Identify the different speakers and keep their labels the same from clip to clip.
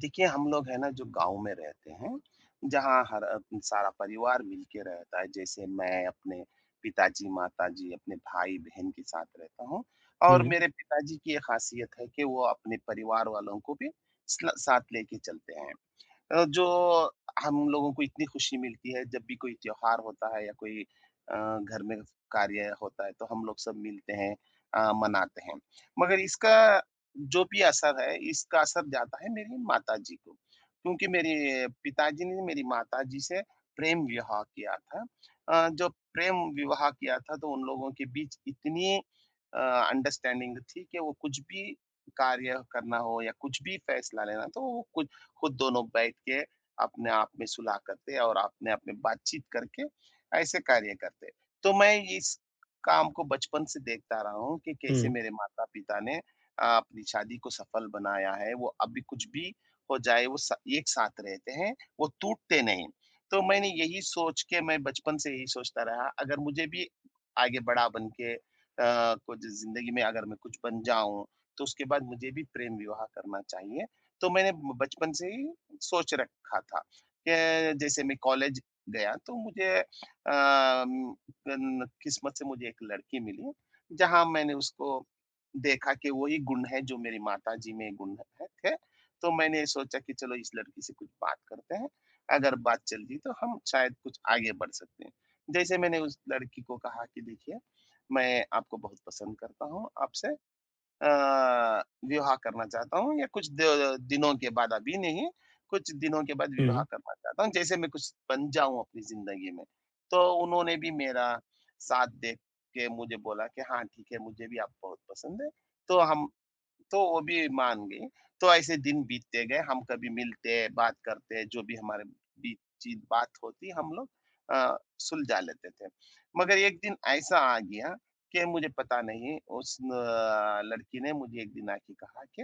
Speaker 1: देखिए, हम लोग है ना जो गाँव में रहते हैं, जहाँ हर सारा परिवार मिल के रहता है। जैसे मैं अपने पिताजी, माताजी, अपने भाई-बहन के साथ रहता हूँ और
Speaker 2: हुँ,
Speaker 1: मेरे पिताजी की ये ख़ासियत है कि वो अपने परिवार वालों को भी स्ल साथ लेके चलते हैं। जो हम लोगों को इतनी खुशी मिलती है जब भी कोई त्योहार होता है या कोई घर में कार्य होता है तो हम लोग सब मिलते हैं, मनाते हैं। मगर इसका जो भी असर है इसका असर जाता है मेरी माताजी को, क्योंकि मेरे पिताजी ने मेरी माताजी से प्रेम विवाह किया था। जो प्रेम विवाह किया था तो उन लोगों के बीच इतनी अंडरस्टैंडिंग थी कि वो कुछ भी कार्य करना हो या कुछ भी फैसला लेना तो वो कुछ खुद दोनों बैठ के अपने आप में सुलह करते और अपने आप में बातचीत करके ऐसे कार्य करते। तो मैं इस काम को बचपन से देखता रहा हूँ कि कैसे
Speaker 2: हुँ,
Speaker 1: मेरे माता-पिता ने अपनी शादी को सफल बनाया है। वो अभी कुछ भी हो जाए वो स एक साथ रहते हैं, वो टूटते नहीं। तो मैंने यही सोच के मैं बचपन से यही सोचता रहा अगर मुझे भी आगे बड़ा बन के, कुछ ज़िंदगी में अगर मैं कुछ बन जाऊँ, तो उसके बाद मुझे भी प्रेम विवाह करना चाहिए। तो मैंने बचपन से ही सोच रखा था कि जैसे मैं कॉलेज गया तो मुझे अम, न- किस्मत से मुझे एक लड़की मिली जहाँ मैंने उसको देखा कि वही गुण है जो मेरी माता जी में गुण है थे। तो मैंने सोचा कि चलो इस लड़की से कुछ बात करते हैं, अगर बात चल गई तो हम शायद कुछ आगे बढ़ सकते हैं। जैसे मैंने उस लड़की को कहा कि देखिए मैं आपको बहुत पसंद करता हूँ, आपसे अ, विवाह करना चाहता हूँ या कुछ द दिनों के बाद, अभी नहीं, कुछ दिनों के बाद विवाह
Speaker 2: हुँ,
Speaker 1: करना चाहता हूँ, जैसे मैं कुछ बन जाऊँ अपनी ज़िंदगी में। तो उन्होंने भी मेरा साथ देख के मुझे बोला कि हाँ, ठीक है, मुझे भी आप बहुत पसंद है, तो हम तो वो भी मान गई। तो ऐसे दिन बीतते गए, हम कभी मिलते, बात करते, जो भी हमारे बीच-चीत बात होती, हम लोग सुलझा लेते थे। मगर एक दिन ऐसा आ गया कि मुझे पता नहीं उस लड़की ने मुझे एक दिन आके कहा कि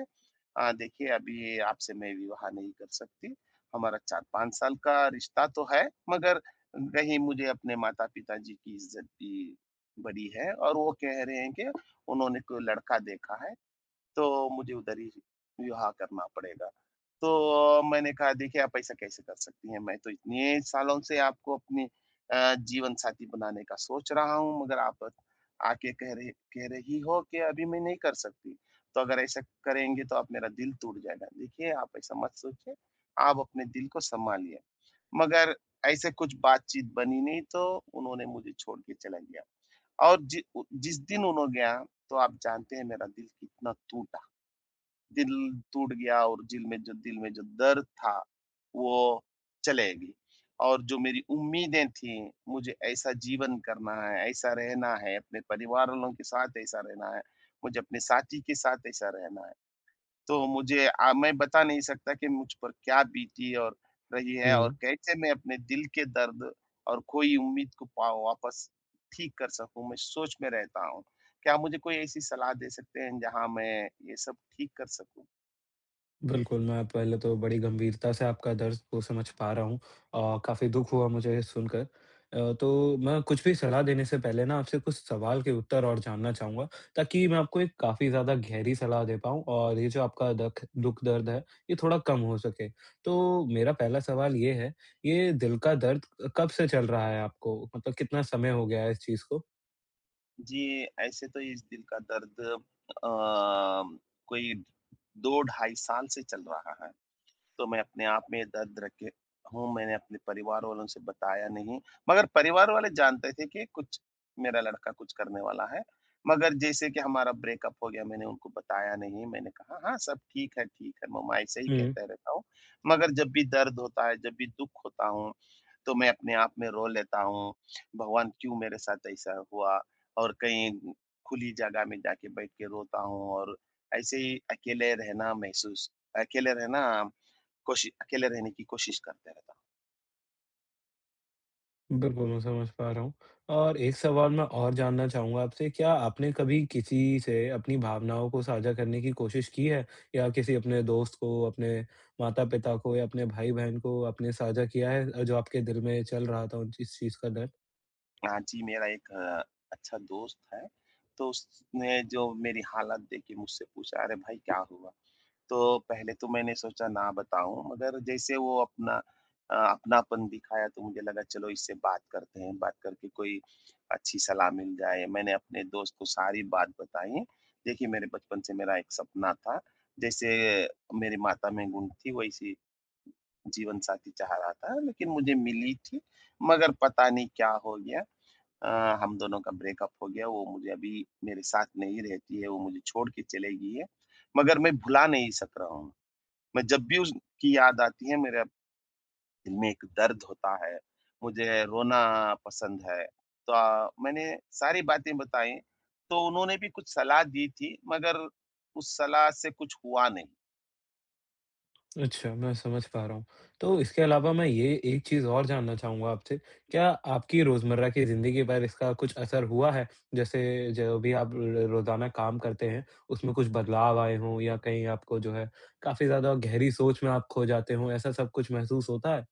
Speaker 1: "देखिए अभी आपसे मैं विवाह नहीं कर सकती। हमारा 4-5 साल का रिश्ता तो है, मगर कहीं मुझे अपने माता-पिता जी की इज़्ज़त भी बड़ी है और वो कह रहे हैं कि उन्होंने कोई लड़का देखा है, तो मुझे उधर ही विवाह करना पड़ेगा।" तो मैंने कहा, देखिए आप ऐसा कैसे कर सकती हैं? मैं तो इतने सालों से आपको अपनी जीवन साथी बनाने का सोच रहा हूँ, मगर आप आके कह रही हो कि अभी मैं नहीं कर सकती। तो अगर ऐसा करेंगे तो आप मेरा दिल टूट जाएगा। देखिए आप ऐसा मत सोचिए, आप अपने दिल को सँभालिए। मगर ऐसे कुछ बातचीत बनी नहीं तो उन्होंने मुझे छोड़ के चला गया और जि उ जिस दिन उन्हों गया तो आप जानते हैं मेरा दिल कितना टूटा। दिल टूट गया और दिल में जो दर्द था वो चलेगी। और जो मेरी उम्मीदें थी, मुझे ऐसा जीवन करना है, ऐसा रहना है, अपने परिवार वालों के साथ ऐसा रहना है, मुझे अपने साथी के साथ ऐसा रहना है। तो मैं बता नहीं सकता कि मुझ पर क्या बीती और रही है और
Speaker 2: हुँ।
Speaker 1: कैसे मैं अपने दिल के दर्द और खोई उम्मीद को पा वापस ठीक कर सकूँ, मैं सोच में रहता हूँ। क्या आप मुझे कोई ऐसी सलाह दे सकते हैं जहाँ मैं ये सब ठीक कर सकूँ?
Speaker 2: बिल्कुल, मैं पहले तो बड़ी गंभीरता से आपका दर्द को समझ पा रहा हूँ और काफ़ी दुःख हुआ मुझे ये सुनकर। तो मैं कुछ भी सलाह देने से पहले ना आपसे कुछ सवाल के उत्तर और जानना चाहूँगा, ताकि मैं आपको एक काफ़ी ज़्यादा गहरी सलाह दे पाऊँ और ये जो आपका दख दुःख दर्द है, ये थोड़ा कम हो सके। तो मेरा पहला सवाल ये है, ये दिल का दर्द कब से चल रहा है आपको? मतलब कितना समय हो गया है इस चीज़ को?
Speaker 1: जी, ऐसे तो इस दिल का दर्द, अ, कोई 2 ढाई साल से चल रहा है। तो मैं अपने आप में ये दर्द रखे हूँ, मैंने अपने परिवार वालों से बताया नहीं, मगर परिवार वाले जानते थे कि कुछ मेरा लड़का कुछ करने वाला है। मगर जैसे कि हमारा ब्रेकअप हो गया, मैंने उनको बताया नहीं, मैंने कहा, "हाँ, सब ठीक है, मम्मा," ऐसे ही
Speaker 2: हुँ।
Speaker 1: कहते रहता हूँ। मगर जब भी दर्द होता है, जब भी दुःख होता हूँ, तो मैं अपने आप में रो लेता हूँ, भगवान क्यों मेरे साथ ऐसा हुआ? और कहीं खुली जगह में जाके बैठ के रोता हूँ और ऐसे ही अकेले रहना महसूस अकेले रहना कोशि अकेले रहने की कोशिश करते रहता
Speaker 2: बिल्कुल, मैं समझ पा रहा हूँ। और एक सवाल मैं और जानना चाहूँगा आपसे, क्या आपने कभी किसी से अपनी भावनाओं को साझा करने की कोशिश की है? या किसी अपने दोस्त को, अपने माता-पिता को या अपने भाई-बहन को आपने साझा किया है जो आपके दिल में चल रहा था उन चीज़ इस चीज़ का डर?
Speaker 1: हूँ। हाँ जी, मेरा एक अच्छा दोस्त है, तो उसने जो मेरी हालत देखी मुझसे पूछा, "अरे भाई क्या हुआ?" तो पहले तो मैंने सोचा ना बताऊँ, मगर जैसे वो अपना अपनापन दिखाया तो मुझे लगा चलो इससे बात करते हैं, बात करके कोई अच्छी सलाह मिल जाए। मैंने अपने दोस्त को सारी बात बताई। देखिए मेरे बचपन से मेरा एक सपना था, जैसे मेरी माता में गुण थी वैसी जीवनसाथी चाह रहा था, लेकिन मुझे मिली थी, मगर पता नहीं क्या हो गया, अ, हम दोनों का ब्रेकअप हो गया, वो मुझे अभी मेरे साथ नहीं रहती है, वो मुझे छोड़ के चली गई है, मगर मैं भुला नहीं सक रहा हूँ। मैं जब भी उसकी याद आती है, मेरे दिल में एक दर्द होता है, मुझे रोना पसंद है। तो मैंने सारी बातें बताई, तो उन्होंने भी कुछ सलाह दी थी, मगर उस सलाह से कुछ हुआ नहीं।
Speaker 2: अच्छा, मैं समझ पा रहा हूँ। तो इसके अलावा मैं ये एक चीज़ और जानना चाहूँगा आपसे, क्या आपकी रोज़मर्रा की ज़िंदगी पर इसका कुछ असर हुआ है? जैसे जो भी आप र रोज़ाना काम करते हैं, उसमें कुछ बदलाव आए हों या कहीं आपको जो है काफ़ी ज़्यादा गहरी सोच में आप खो जाते हों, ऐसा सब कुछ महसूस होता है?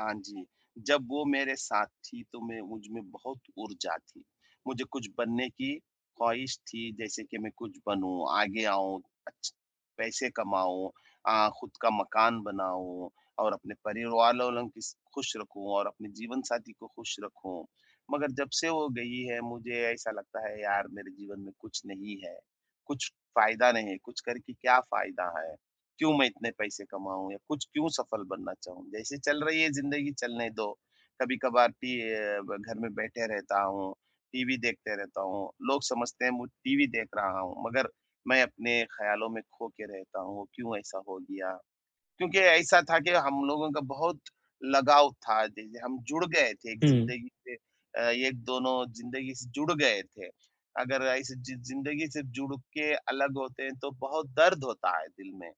Speaker 1: हाँ जी, जब वो मेरे साथ थी तो मैं मुझ में बहुत ऊर्जा थी। मुझे कुछ बनने की ख़्वाहिश थी जैसे कि मैं कुछ बनूँ, आगे आऊँ, अच्छ पैसे कमाऊँ, खुद का मकान बनाऊँ और अपने परिवार वालों को स खुश रखूँ और अपने जीवन साथी को खुश रखूँ। मगर जब से वो गई है मुझे ऐसा लगता है यार मेरे जीवन में कुछ नहीं है, कुछ फ़ायदा नहीं है, कुछ करके क्या फ़ायदा है? क्यों मैं इतने पैसे कमाऊँ या कुछ क्यों सफल बनना चाहूँ? जैसे चल रही है ज़िंदगी चलने दो। कभी-कभार टी अ, ब घर में बैठे रहता हूँ, टीवी देखते रहता हूँ। लोग समझते हैं मैं टीवी देख रहा हूँ, मगर मैं अपने ख़्यालों में खो के रहता हूँ, क्यों ऐसा हो गया? क्योंकि ऐसा था कि हम लोगों का बहुत लगाव था, जैसे हम जुड़ गए थे एक
Speaker 2: हुँ,
Speaker 1: ज़िंदगी से, एक दोनों ज़िंदगी से जुड़ गए थे। अगर ऐसे ज़िंदगी से जुड़ के अलग होते हैं तो बहुत दर्द होता है दिल में।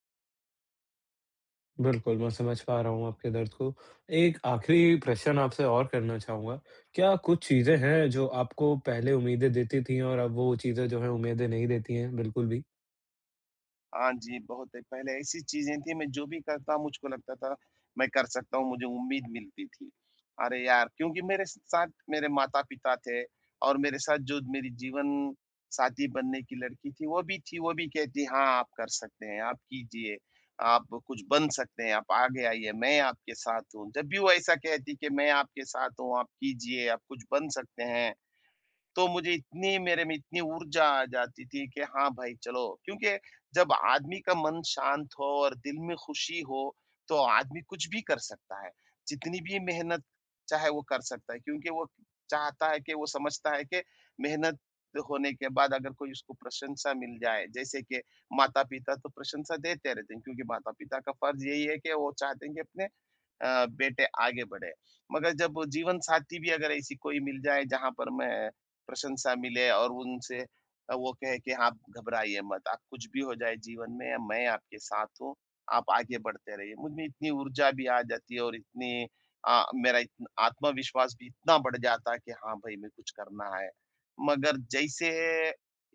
Speaker 2: बिल्कुल, मैं समझ पा रहा हूँ आपके दर्द को। एक आखिरी प्रश्न आपसे और करना चाहूँगा, क्या कुछ चीज़ें हैं जो आपको पहले उम्मीदें देती थीं और अब वो चीज़ें जो हैं उम्मीदें नहीं देती हैं बिल्कुल भी?
Speaker 1: हाँ जी, बहुत है। पहले ऐसी चीज़ें थी मैं जो भी करता मुझको लगता था मैं कर सकता हूँ, मुझे उम्मीद मिलती थी। अरे यार! क्योंकि मेरे स साथ मेरे माता-पिता थे और मेरे साथ जो मेरी जीवन साथी बनने की लड़की थी, वो भी कहती हाँ, आप कर सकते हैं, आप कीजिए, आप कुछ बन सकते हैं, आप आगे आइए, मैं आपके साथ हूँ। जब भी वो ऐसा कहती कि मैं आपके साथ हूँ, आप कीजिए, आप कुछ बन सकते हैं। तो मुझे इतनी मेरे में इतनी ऊर्जा आ जाती थी कि हाँ भाई चलो, क्योंकि जब आदमी का मन शांत हो और दिल में खुशी हो, तो आदमी कुछ भी कर सकता है। जितनी भी मेहनत चाहे वो कर सकता है क्योंकि वो चाहता है कि वो समझता है कि मेहनत होने के बाद अगर कोई उसको प्रशंसा मिल जाए, जैसे कि माता-पिता तो प्रशंसा देते रहते हैं क्योंकि माता-पिता का फ़र्ज़ यही है कि वो चाहते हैं कि अपने बेटे आगे बढ़े। मगर जब वो जीवन साथी भी अगर ऐसी कोई मिल जाए जहाँ पर मैं प्रशंसा मिले और उनसे वो कहे कि आप घबराइए मत, आप कुछ भी हो जाए जीवन में मैं आपके साथ हूँ, आप आगे बढ़ते रहिए। मुझ में इतनी ऊर्जा भी आ जाती है और इतनी, मेरा इतना आत्मविश्वास भी इतना बढ़ जाता है कि हाँ भाई मैं कुछ करना है। मगर जैसे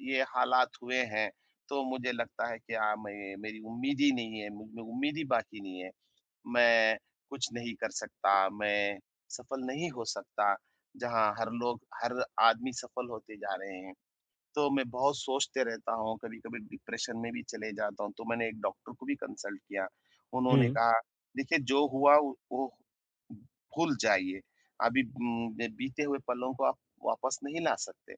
Speaker 1: ये हालात हुए हैं, तो मुझे लगता है कि हाँ मैं मेरी उम्मीद ही नहीं है, मुझ में उम्मीद ही बाकी नहीं है। मैं कुछ नहीं कर सकता, मैं सफल नहीं हो सकता। जहाँ हर लोग हर आदमी सफल होते जा रहे हैं। तो मैं बहुत सोचते रहता हूँ, कभी-कभी डिप्रेशन में भी चले जाता हूँ, तो मैंने एक डॉक्टर को भी कंसल्ट किया। उन्होंने
Speaker 2: हुँ।
Speaker 1: कहा, "देखिए जो हुआ वो भूल जाइए। अभी उम, बे बीते हुए पलों को आप वापस नहीं ला सकते।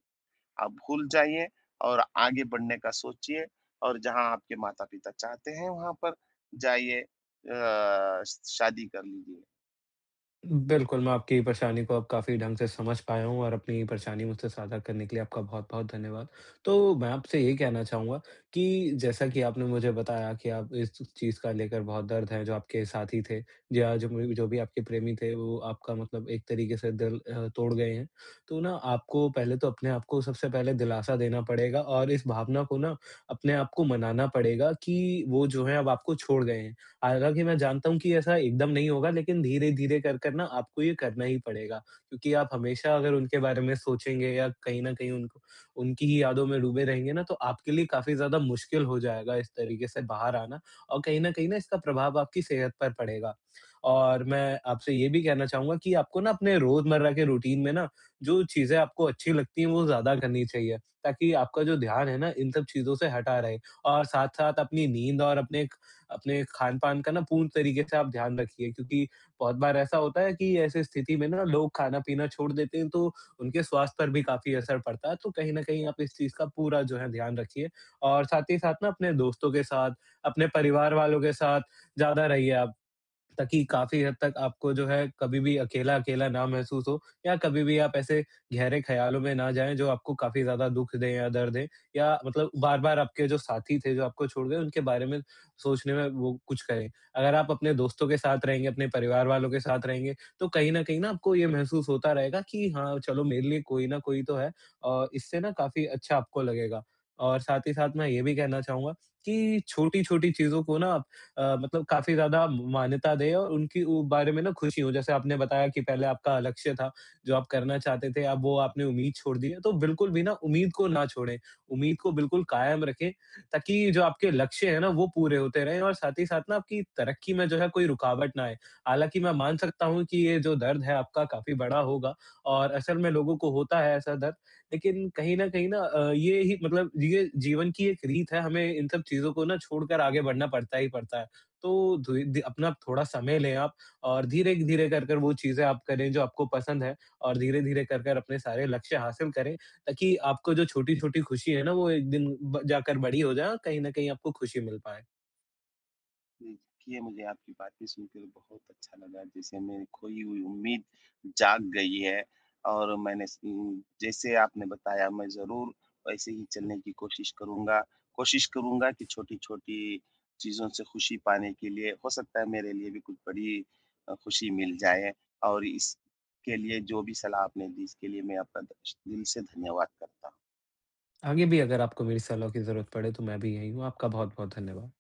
Speaker 1: आप भूल जाइए और आगे बढ़ने का सोचिए और जहाँ आपके माता-पिता चाहते हैं वहाँ पर जाइए, अ, शादी कर लीजिए।"
Speaker 2: बिल्कुल, मैं आपकी परेशानी को अब काफ़ी ढंग से समझ पाया हूँ और अपनी परेशानी मुझसे साझा करने के लिए आपका बहुत-बहुत धन्यवाद। तो मैं आपसे ये कहना चाहूँगा कि जैसा कि आपने मुझे बताया कि आप इस चीज़ का लेकर बहुत दर्द है, जो आपके साथी थे या जो भी आपके प्रेमी थे, वो आपका मतलब एक तरीके से दिल तोड़ गए हैं। तो ना आपको पहले तो अपने आप को सबसे पहले दिलासा देना पड़ेगा और इस भावना को ना अपने आप को मनाना पड़ेगा कि वो जो है अब आपको छोड़ गए हैं। हालाँकि मैं जानता हूँ कि ऐसा एकदम नहीं होगा, लेकिन धीरे-धीरे कर कर ना आपको ये करना ही पड़ेगा, क्योंकि आप हमेशा अगर उनके बारे में सोचेंगे या कहीं न कहीं उनको उनकी ही यादों में डूबे रहेंगे ना, तो आपके लिए काफ़ी ज़्यादा मुश्किल हो जाएगा इस तरीके से बाहर आना और कहीं न कहीं ना इसका प्रभाव आपकी सेहत पर पड़ेगा। और मैं आपसे ये भी कहना चाहूँगा कि आपको ना अपने रोज़मर्रा के रूटीन में ना, जो चीज़ें आपको अच्छी लगती हैं वो ज़्यादा करनी चाहिए, ताकि आपका जो ध्यान है ना, इन सब चीज़ों से हटा रहे और साथ-साथ अपनी नींद और अपने अपने खान-पान का ना पूर्ण तरीके से आप ध्यान रखिए, क्योंकि बहुत बार ऐसा होता है कि ऐसी स्थिति में ना लोग खाना-पीना छोड़ देते हैं, तो उनके स्वास्थ्य पर भी काफ़ी असर पड़ता है। तो कहीं न कहीं आप इस चीज़ का पूरा जो है ध्यान रखिए और साथ ही साथ ना अपने दोस्तों के साथ, अपने परिवार वालों के साथ ज़्यादा रहिए आप, ताकि काफ़ी हद तक आपको जो है कभी भी अकेला-अकेला ना महसूस हो या कभी भी आप ऐसे गहरे ख़्यालों में ना जाएँ जो आपको काफ़ी ज़्यादा दुःख दें या दर्द दें या मतलब बार-बार आपके जो साथी थे जो आपको छोड़ गए उनके बारे में सोचने में वो कुछ करें। अगर आप अपने दोस्तों के साथ रहेंगे, अपने परिवार वालों के साथ रहेंगे, तो कहीं न आपको ये महसूस होता रहेगा कि हाँ, चलो मेरे लिए कोई न कोई तो है, और इससे ना काफ़ी अच्छा आपको लगेगा। और साथ ही साथ मैं ये भी कहना चाहूँगा कि छोटी-छोटी चीज़ों को ना मतलब काफ़ी ज़्यादा मान्यता दें और उनकी उ बारे में ना खुशी हो। जैसे आपने बताया कि पहले आपका लक्ष्य था, जो आप करना चाहते थे, अब वो आपने उम्मीद छोड़ दी है, तो बिल्कुल भी ना उम्मीद को ना छोड़ें। उम्मीद को बिल्कुल कायम रखें, ताकि जो आपके लक्ष्य हैं ना, वो पूरे होते रहें और साथ ही साथ ना आपकी तरक्की में जो है कोई रुकावट ना आए। हालाँकि मैं मान सकता हूँ कि ये जो दर्द है आपका काफ़ी बड़ा होगा और असल में लोगों को होता है ऐसा दर्द, लेकिन कहीं न कहीं ना ये ही मतलब ये जीवन की एक रीत है, हमें इन सब चीज़ों को ना छोड़कर आगे बढ़ना पड़ता ही पड़ता है। तो धुए धी अपना थोड़ा समय लें आप और धीरे-धीरे कर कर वो चीज़ें आप करें जो आपको पसंद है और धीरे-धीरे कर कर अपने सारे लक्ष्य हासिल करें, ताकि आपको जो छोटी-छोटी खुशी है ना वो एक दिन ब जाकर बड़ी हो जाए, कहीं न कहीं आपको खुशी मिल पाए।
Speaker 1: देखिए, मुझे आपकी बातें सुनकर बहुत अच्छा लगा, जैसे मेरी खोई हुई उम्मीद जाग गई है और मैंने जैसे आपने बताया मैं ज़रूर वैसे ही चलने की कोशिश करूँगा। कोशिश करूँगा कि छोटी-छोटी चीज़ों से खुशी पाने के लिए हो सकता है मेरे लिए भी कुछ बड़ी खुशी मिल जाए और इसके लिए जो भी सलाह आपने दी इसके लिए मैं आपका द दिल से धन्यवाद करता हूँ।
Speaker 2: आगे भी अगर आपको मेरी सलाह की ज़रूरत पड़े, तो मैं भी यही हूँ। आपका बहुत-बहुत धन्यवाद।